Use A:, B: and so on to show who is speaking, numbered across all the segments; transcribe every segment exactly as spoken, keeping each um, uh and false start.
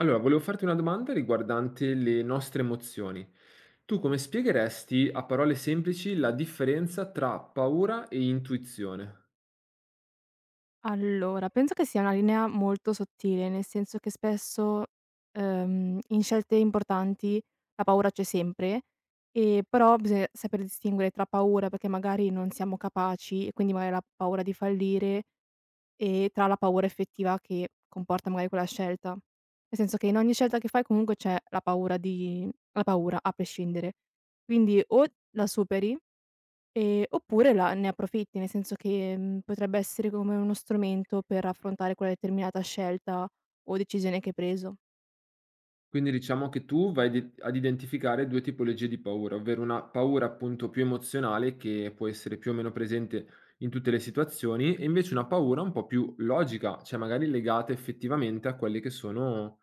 A: Allora, volevo farti una domanda riguardante le nostre emozioni. Tu come spiegheresti a parole semplici la differenza tra paura e intuizione?
B: Allora, penso che sia una linea molto sottile, nel senso che spesso, ehm, in scelte importanti la paura c'è sempre, ehm, però bisogna saper distinguere tra paura perché magari non siamo capaci e quindi magari la paura di fallire, e tra la paura effettiva che comporta magari quella scelta. Nel senso che in ogni scelta che fai comunque c'è la paura di la paura a prescindere. Quindi o la superi. Ehm, oppure la ne approfitti, nel senso che, mhmm, potrebbe essere come uno strumento per affrontare quella determinata scelta o decisione che hai preso.
A: Quindi diciamo che tu vai di- ad identificare due tipologie di paura, ovvero una paura appunto più emozionale che può essere più o meno presente in tutte le situazioni e invece una paura un po' più logica, cioè magari legata effettivamente a quelle che sono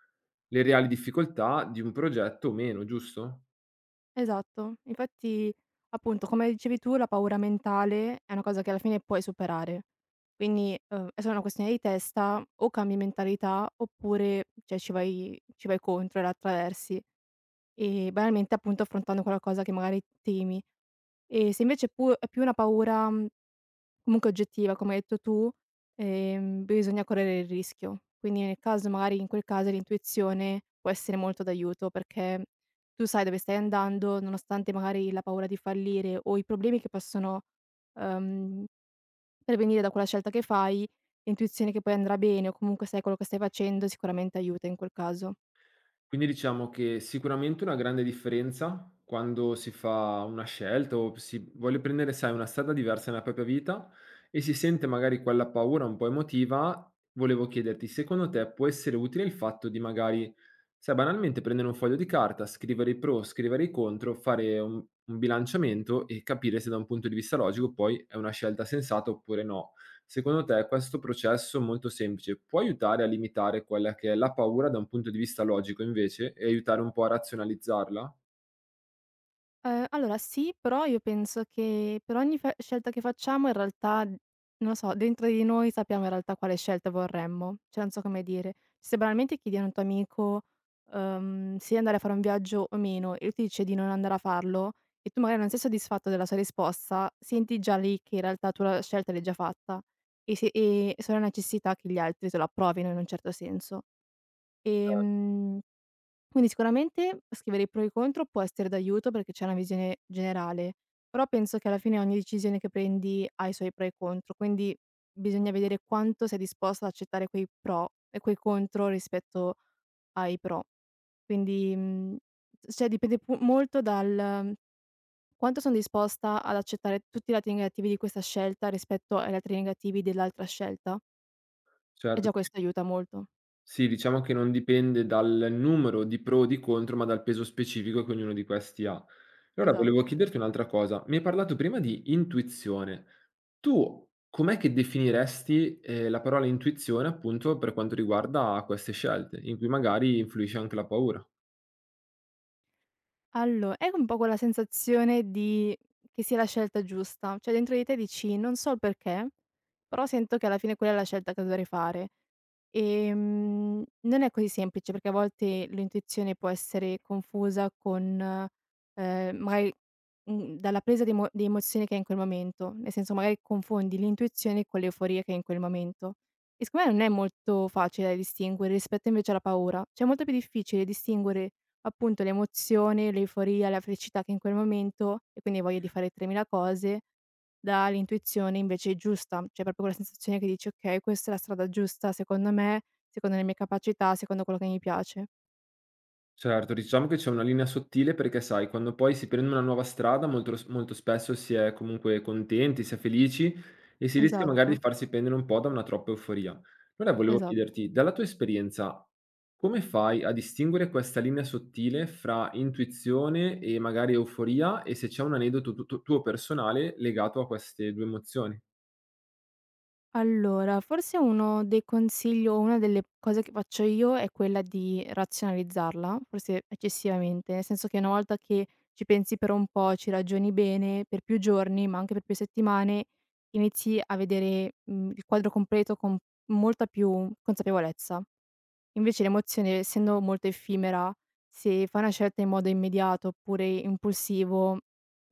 A: le reali difficoltà di un progetto o meno, giusto?
B: Esatto. Infatti, appunto, come dicevi tu, la paura mentale è una cosa che alla fine puoi superare. Quindi, uhm, è solo una questione di testa, o cambi mentalità oppure, cioè, ci vai ci vai contro e la attraversi, ehm, banalmente, appunto, affrontando quella cosa che magari temi. E se invece pu è più una paura mhmm, comunque oggettiva, come hai detto tu, ehm, bisogna correre il rischio. Quindi nel caso magari in quel caso l'intuizione può essere molto d'aiuto, perché tu sai dove stai andando, nonostante magari la paura di fallire o i problemi che possono, ehm, prevenire da quella scelta che fai, l'intuizione che poi andrà bene o comunque sai quello che stai facendo sicuramente aiuta in quel caso.
A: Quindi diciamo che sicuramente una grande differenza quando si fa una scelta o si vuole prendere, sai, una strada diversa nella propria vita e si sente magari quella paura un po' emotiva, volevo chiederti, secondo te può essere utile il fatto di magari, sai, banalmente prendere un foglio di carta, scrivere i pro, scrivere i contro, fare un, un bilanciamento e capire se da un punto di vista logico poi è una scelta sensata oppure no? Secondo te questo processo molto semplice può aiutare a limitare quella che è la paura da un punto di vista logico invece e aiutare un po' a razionalizzarla?
B: Ehm, allora sì, però io penso che per ogni fe scelta che facciamo in realtà, non lo so, dentro di noi sappiamo in realtà quale scelta vorremmo, cioè non so come dire. Se banalmente chiedi a un tuo amico, uhm, se andare a fare un viaggio o meno e lui ti dice di non andare a farlo e tu magari non sei soddisfatto della sua risposta, senti già lì che in realtà tu la scelta l'hai già fatta e se e solo necessità che gli altri te lo approvino in un certo senso. Ehm quindi sicuramente scrivere i pro e i contro può essere d'aiuto perché c'è una visione generale, però penso che alla fine ogni decisione che prendi ha i suoi pro e i contro, quindi bisogna vedere quanto sei disposto ad accettare quei pro e quei contro rispetto ai pro. Quindi, mhmm, cioè dipende pu molto dal quanto son disposta ad accettare tutti i lati negativi di questa scelta rispetto ai lati negativi dell'altra scelta e
A: Certo,
B: già
A: perché
B: questo aiuta molto.
A: sì, diciamo che non dipende dal numero di pro o di contro, ma dal peso specifico che ognuno di questi ha. Allora volevo
B: Esatto.
A: chiederti un'altra cosa, mi hai parlato prima di intuizione. Tu com'è che definiresti, ehm, la parola intuizione appunto per quanto riguarda queste scelte, in cui magari influisce anche la paura?
B: Allo è un po' quella sensazione di che sia la scelta giusta, cioè dentro di te dici: "Non so il perché, però sento che alla fine quella è la scelta che dovrei fare". Ehm, non è così semplice perché a volte l'intuizione può essere confusa con, ehm, magari, mhmm, dalla presa di emo di emozioni che hai in quel momento, nel senso magari confondi l'intuizione con l'euforia che hai in quel momento. E secondo me non è molto facile da distinguere rispetto invece alla paura, cioè è molto più difficile distinguere appunto l'emozione, l'euforia, la felicità che hai in quel momento e quindi hai voglia di fare tremila cose dà l'intuizione invece giusta, cioè proprio quella sensazione che dici: "Okay, questa è la strada giusta secondo me, secondo le mie capacità, secondo quello che mi piace."
A: Certo, diciamo che c'è una linea sottile perché, sai, quando poi si prende una nuova strada molto s molto spesso si è comunque contenti, si è felici e si rischia magari di
B: Esatto,
A: farsi prendere un po' da una troppa euforia. Allora volevo
B: esatto.
A: chiederti, dalla tua esperienza, come fai a distinguere questa linea sottile fra intuizione e magari euforia e se c'è un aneddoto tu tu tuo personale legato a queste due emozioni?
B: Allora, forse uno dei consigli o una delle cose che faccio io è quella di razionalizzarla, forse eccessivamente, nel senso che una volta che ci pensi per un po', ci ragioni bene per più giorni, ma anche per più settimane, inizi a vedere, mhmm, il quadro completo con molta più consapevolezza. Invece l'emozione, essendo molto effimera, se fai una scelta in modo immediato oppure impulsivo,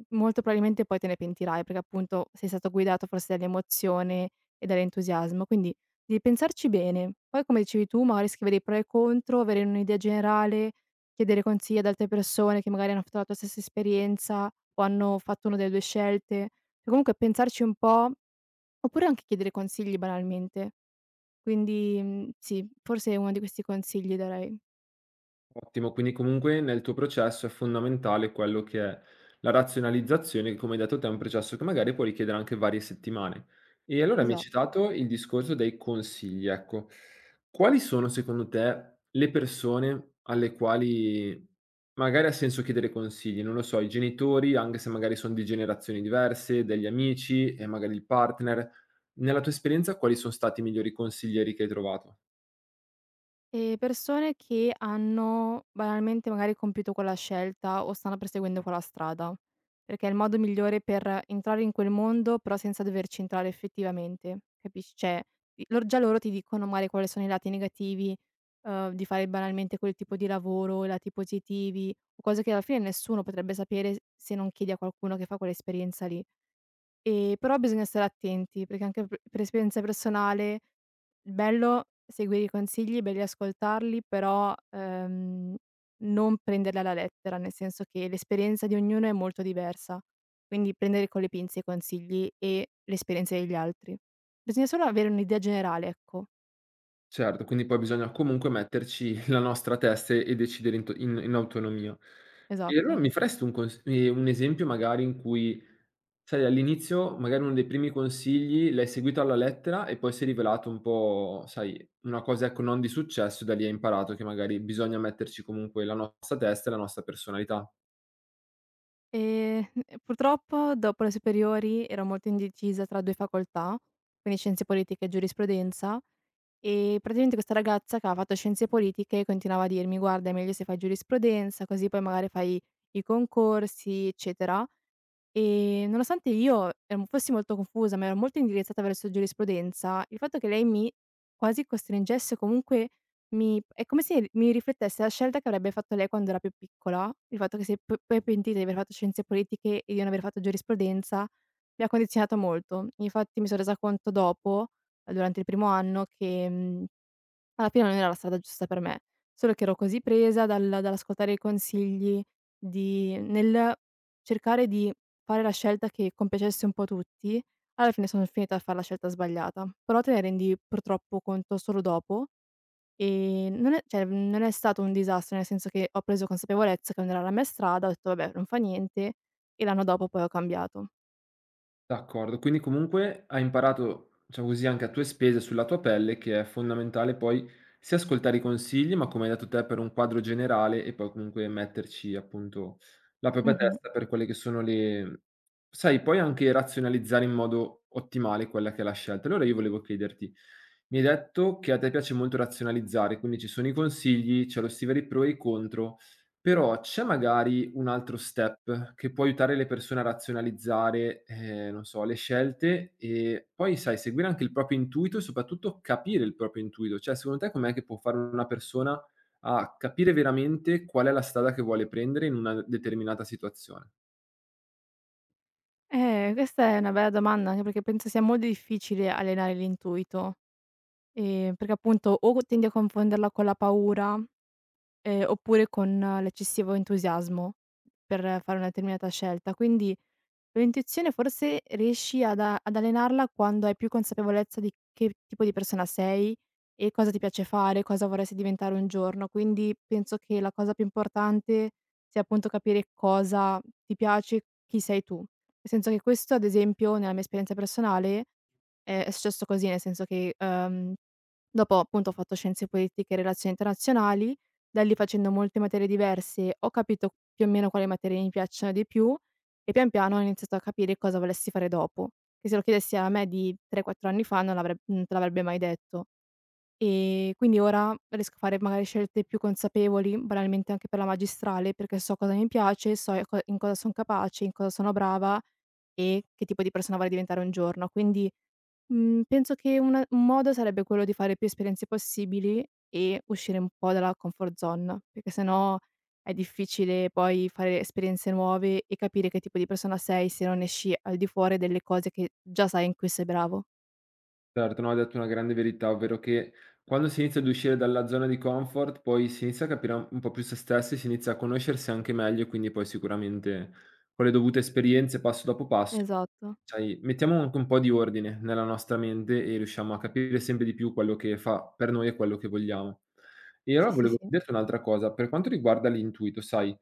B: molto probabilmente poi te ne pentirai, perché appunto sei stato guidato forse dall'emozione e dall'entusiasmo. Quindi devi pensarci bene. Poi come dicevi tu, magari scrivere i pro e i contro, avere un'idea generale, chiedere consigli ad altre persone che magari hanno fatto la tua stessa esperienza o hanno fatto una delle due scelte. Cioè, comunque pensarci un po', oppure anche chiedere consigli banalmente. Quindi, mhmm, sì, forse uno di questi consigli darei.
A: Ottimo, quindi comunque nel tuo processo è fondamentale quello che è la razionalizzazione, che come hai detto te è un processo che magari può richiedere anche varie settimane. E allora mi hai
B: Esatto.
A: citato il discorso dei consigli, ecco. Quali sono secondo te le persone alle quali magari ha senso chiedere consigli? Non lo so, i genitori, anche se magari sono di generazioni diverse, degli amici e magari il partner. Nella tua esperienza quali sono stati i migliori consiglieri che hai trovato?
B: Ehm, persone che hanno banalmente magari compiuto quella scelta o stanno perseguendo quella strada, perché è il modo migliore per entrare in quel mondo, però senza doverci entrare effettivamente, capisci? Cioè, i lor già loro ti dicono magari quali sono i lati negativi, uhm, di fare banalmente quel tipo di lavoro, i lati positivi, o cose che alla fine nessuno potrebbe sapere s se non chiedi a qualcuno che fa quell'esperienza lì. Ehm, però bisogna stare attenti, perché anche p per esperienza personale, il bello è seguire i consigli, belli ascoltarli, però, ehm, non prenderli alla lettera, nel senso che l'esperienza di ognuno è molto diversa, quindi prendere con le pinze i consigli e le esperienze degli altri. Bisogna solo avere un'idea generale, ecco.
A: Certo, quindi poi bisogna comunque metterci la nostra testa e e decidere in to in in autonomia. E allora
B: Esatto.
A: mi faresti un cons ehm, un esempio magari in cui, sai, all'inizio magari uno dei primi consigli l'hai seguito alla lettera e poi si è rivelato un po', sai, una cosa ecco non di successo, da lì hai imparato che magari bisogna metterci comunque la nostra testa e la nostra personalità?
B: Ehm, Purtroppo dopo le superiori ero molto indecisa tra due facoltà, quindi scienze politiche e giurisprudenza. E praticamente questa ragazza che aveva fatto scienze politiche continuava a dirmi: "Guarda, è meglio se fai giurisprudenza, così poi magari fai i concorsi, eccetera". E nonostante io ero fossi molto confusa, ma ero molto indirizzata verso giurisprudenza, il fatto che lei mi quasi costringesse, o comunque mi è come se mi riflettesse la scelta che avrebbe fatto lei quando era più piccola, il fatto che si è p poi è pentita di aver fatto scienze politiche e di non aver fatto giurisprudenza, mi ha condizionato molto. Infatti mi son resa conto dopo, eh, durante il primo anno, che, mhmm alla fine non era la strada giusta per me, solo che ero così presa dal dall'ascoltare i consigli, di nel cercare di fare la scelta che compiacesse un po' tutti, alla fine sono finita a far la scelta sbagliata. Però te ne rendi purtroppo conto solo dopo, ehm, non è cioè, mhmm, non è stato un disastro, nel senso che ho preso consapevolezza che non era la mia strada, ho detto: "Vabbè, non fa niente", e l'anno dopo poi ho cambiato.
A: D'accordo, quindi comunque hai imparato, diciamo così, anche a tue spese sulla tua pelle che è fondamentale poi sia ascoltare i consigli, ma come hai detto te per un quadro generale e poi comunque metterci appunto la propria
B: Mh-mh.
A: testa per quelle che sono le sai, poi anche razionalizzare in modo ottimale quella che è la scelta. Allora io volevo chiederti, mi hai detto che a te piace molto razionalizzare, quindi ci sono i consigli, c'è lo stile pro e i contro, però c'è magari un altro step che può aiutare le persone a razionalizzare, ehm, non so, le scelte e poi sai seguire anche il proprio intuito e soprattutto capire il proprio intuito. Cioè secondo te com'è che può fare una persona a capire veramente qual è la strada che vuole prendere in una determinata situazione?
B: Eh, questa è una bella domanda, anche perché penso sia molto difficile allenare l'intuito. Ehm, perché appunto o tendi a confonderla con la paura, ehm, oppure con l'eccessivo entusiasmo per fare una determinata scelta. Quindi l'intuizione forse riesci ad a ad allenarla quando hai più consapevolezza di che tipo di persona sei e cosa ti piace fare, cosa vorresti diventare un giorno. Quindi penso che la cosa più importante sia appunto capire cosa ti piace, chi sei tu. Nel senso che questo, ad esempio, nella mia esperienza personale è è successo così, nel senso che, uhm, dopo appunto ho fatto scienze politiche e relazioni internazionali, da lì facendo molte materie diverse ho capito più o meno quali materie mi piacciono di più e pian piano ho iniziato a capire cosa volessi fare dopo, che se lo chiedessi a me di tre, quattro anni fa non l'avreb non te l'avrebbe mai detto. E quindi ora riesco a fare magari scelte più consapevoli, banalmente anche per la magistrale, perché so cosa mi piace, so e co in cosa son capace, in cosa sono brava e che tipo di persona vorrei diventare un giorno. Quindi Mhmm, penso che una un modo sarebbe quello di fare più esperienze possibili e uscire un po' dalla comfort zone, perché sennò è difficile poi fare esperienze nuove e capire che tipo di persona sei se non esci al di fuori delle cose che già sai in cui sei bravo.
A: Certo, no, hai detto una grande verità, ovvero che quando si inizia ad uscire dalla zona di comfort poi si inizia a capire un un po' più se stessi, si inizia a conoscersi anche meglio e quindi poi sicuramente con le dovute esperienze, passo dopo passo.
B: Esatto.
A: Sai, mettiamo anche un po' di ordine nella nostra mente e riusciamo a capire sempre di più quello che fa per noi e quello che vogliamo. E allora
B: Sì, sì,
A: volevo
B: sì.
A: chiederti un'altra cosa, per quanto riguarda l'intuito, sai,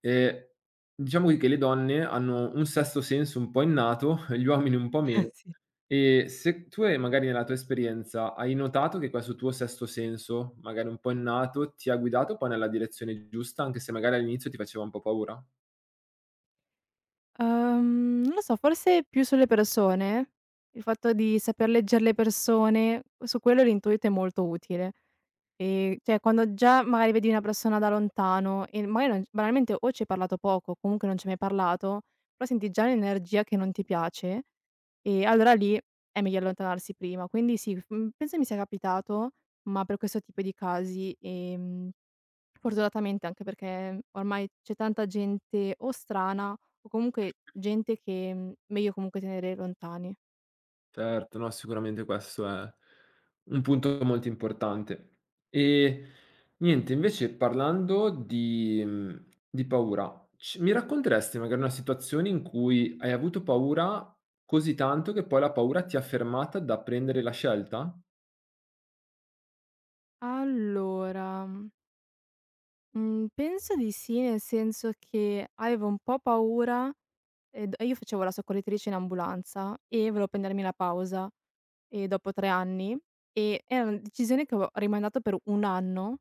A: ehm, diciamo che le donne hanno un sesto senso un po' innato, gli uomini un po' meno,
B: Sì.
A: e se tu hai magari nella tua esperienza, hai notato che questo tuo sesto senso, magari un po' innato, ti ha guidato poi nella direzione giusta, anche se magari all'inizio ti faceva un po' paura?
B: Uhm, non lo so, forse più sulle persone, il fatto di saper legger le persone, su quello l'intuito è molto utile. Ehm, cioè quando già magari vedi una persona da lontano e magari non banalmente o ci hai parlato poco, o comunque non ci hai mai parlato, però senti già l'energia che non ti piace e allora lì è meglio allontanarsi prima. Quindi sì, f mhmm, penso mi sia capitato, ma per questo tipo di casi, ehm, fortunatamente anche perché ormai c'è tanta gente o strana o comunque gente che, mhmm, meglio comunque tenere lontani.
A: Certo, no, sicuramente questo è un punto molto importante. E niente, invece parlando di mhmm, di paura, ci mi racconteresti magari una situazione in cui hai avuto paura così tanto che poi la paura ti ha fermata da prendere la scelta?
B: Allora mhmm, Mhmm, penso di sì, nel senso che avevo un po' paura e d io facevo la soccorritrice in ambulanza e volevo prendermi la pausa, ehm, dopo tre anni e era una decisione che avevo rimandato per un anno,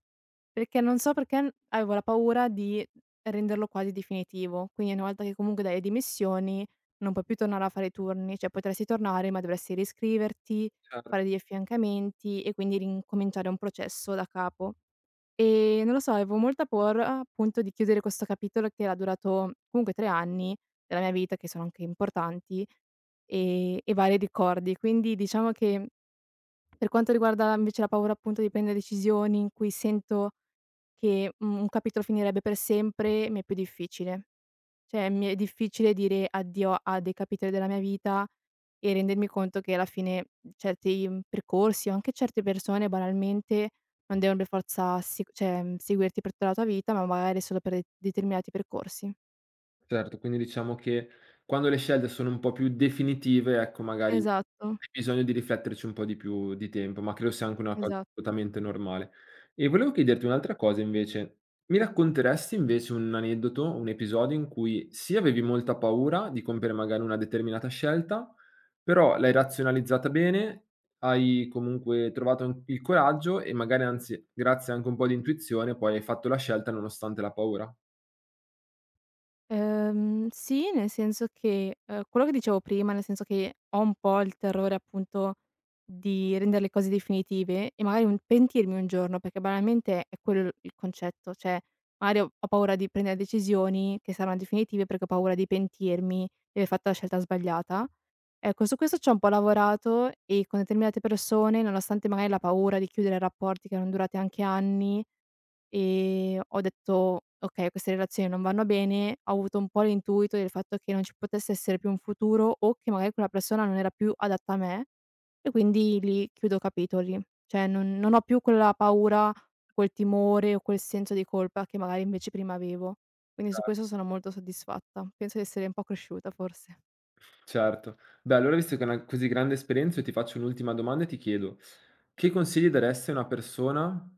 B: perché non so perché n avevo la paura di renderlo quasi definitivo. Quindi una volta che comunque dai le dimissioni non puoi più tornare a fare i turni, cioè potresti tornare ma dovresti riscriverti,
A: Cer
B: fare degli affiancamenti e quindi rincominciare un processo da capo. Ehm, non lo so, avevo molta paura appunto di chiudere questo capitolo che era durato comunque tre anni della mia vita, che sono anche importanti, ehm, e vari ricordi. Quindi diciamo che per quanto riguarda invece la paura appunto di prendere decisioni in cui sento che, mhmm, un capitolo finirebbe per sempre, mi è più difficile. Cioè, mi è difficile dire addio a dei capitoli della mia vita e rendermi conto che alla fine certi, mhmm, percorsi o anche certe persone banalmente non devono per forza si cioè, mhmm, seguirti per tutta la tua vita, ma magari solo per de determinati percorsi.
A: Certo, quindi diciamo che quando le scelte sono un po' più definitive, ecco, magari
B: Esatto,
A: hai bisogno di rifletterci un po' di più di tempo, ma credo sia anche una cosa
B: esatto.
A: assolutamente normale. E volevo chiederti un'altra cosa invece. Mi racconteresti invece un aneddoto, un episodio in cui sì, avevi molta paura di compiere magari una determinata scelta, però l'hai razionalizzata bene, hai comunque trovato an- il coraggio e magari anzi, grazie anche un po' di intuizione, poi hai fatto la scelta nonostante la paura?
B: Ehm, sì, nel senso che, ehm, quello che dicevo prima, nel senso che ho un po' il terrore appunto di rendere le cose definitive e magari un pentirmi un giorno, perché banalmente è quello il concetto, cioè magari ho ho paura di prendere decisioni che saranno definitive perché ho paura di pentirmi di aver fatto la scelta sbagliata. Ecco, su questo c'ho un po' lavorato e con determinate persone, nonostante magari la paura di chiudere rapporti che erano durati anche anni, Ehm, ho detto: "Okay, queste relazioni non vanno bene." Ho avuto un po' l'intuito del fatto che non ci potesse essere più un futuro o che magari quella persona non era più adatta a me e quindi lì chiudo capitoli. Cioè non non ho più quella paura, quel timore o quel senso di colpa che magari invece prima avevo. Quindi su questo sono molto soddisfatta. Penso di essere un po' cresciuta forse.
A: Certo. Beh, allora visto che è una così grande esperienza, io ti faccio un'ultima domanda e ti chiedo: che consigli daresti a una persona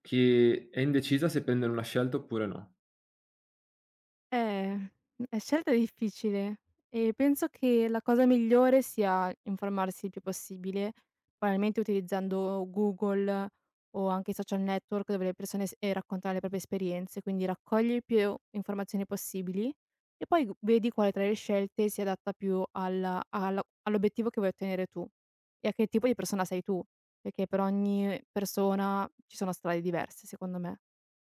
A: che è indecisa se prendere una scelta oppure no?
B: Eh, mhmm, è scelta difficile e penso che la cosa migliore sia informarsi il più possibile, banalmente utilizzando Google o anche i social network dove le persone s ehm, raccontano le proprie esperienze, quindi raccogli più informazioni possibili e poi g vedi quale tra le scelte si adatta più alla alla all'obiettivo che vuoi ottenere tu e a che tipo di persona sei tu, perché per ogni persona ci sono strade diverse secondo me.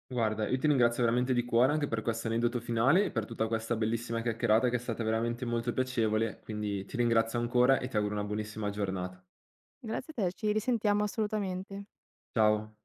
A: Guarda, io ti ringrazio veramente di cuore anche per questo aneddoto finale e per tutta questa bellissima chiacchierata che è stata veramente molto piacevole, quindi ti ringrazio ancora e ti auguro una buonissima giornata.
B: Grazie a te, ci risentiamo assolutamente.
A: Ciao.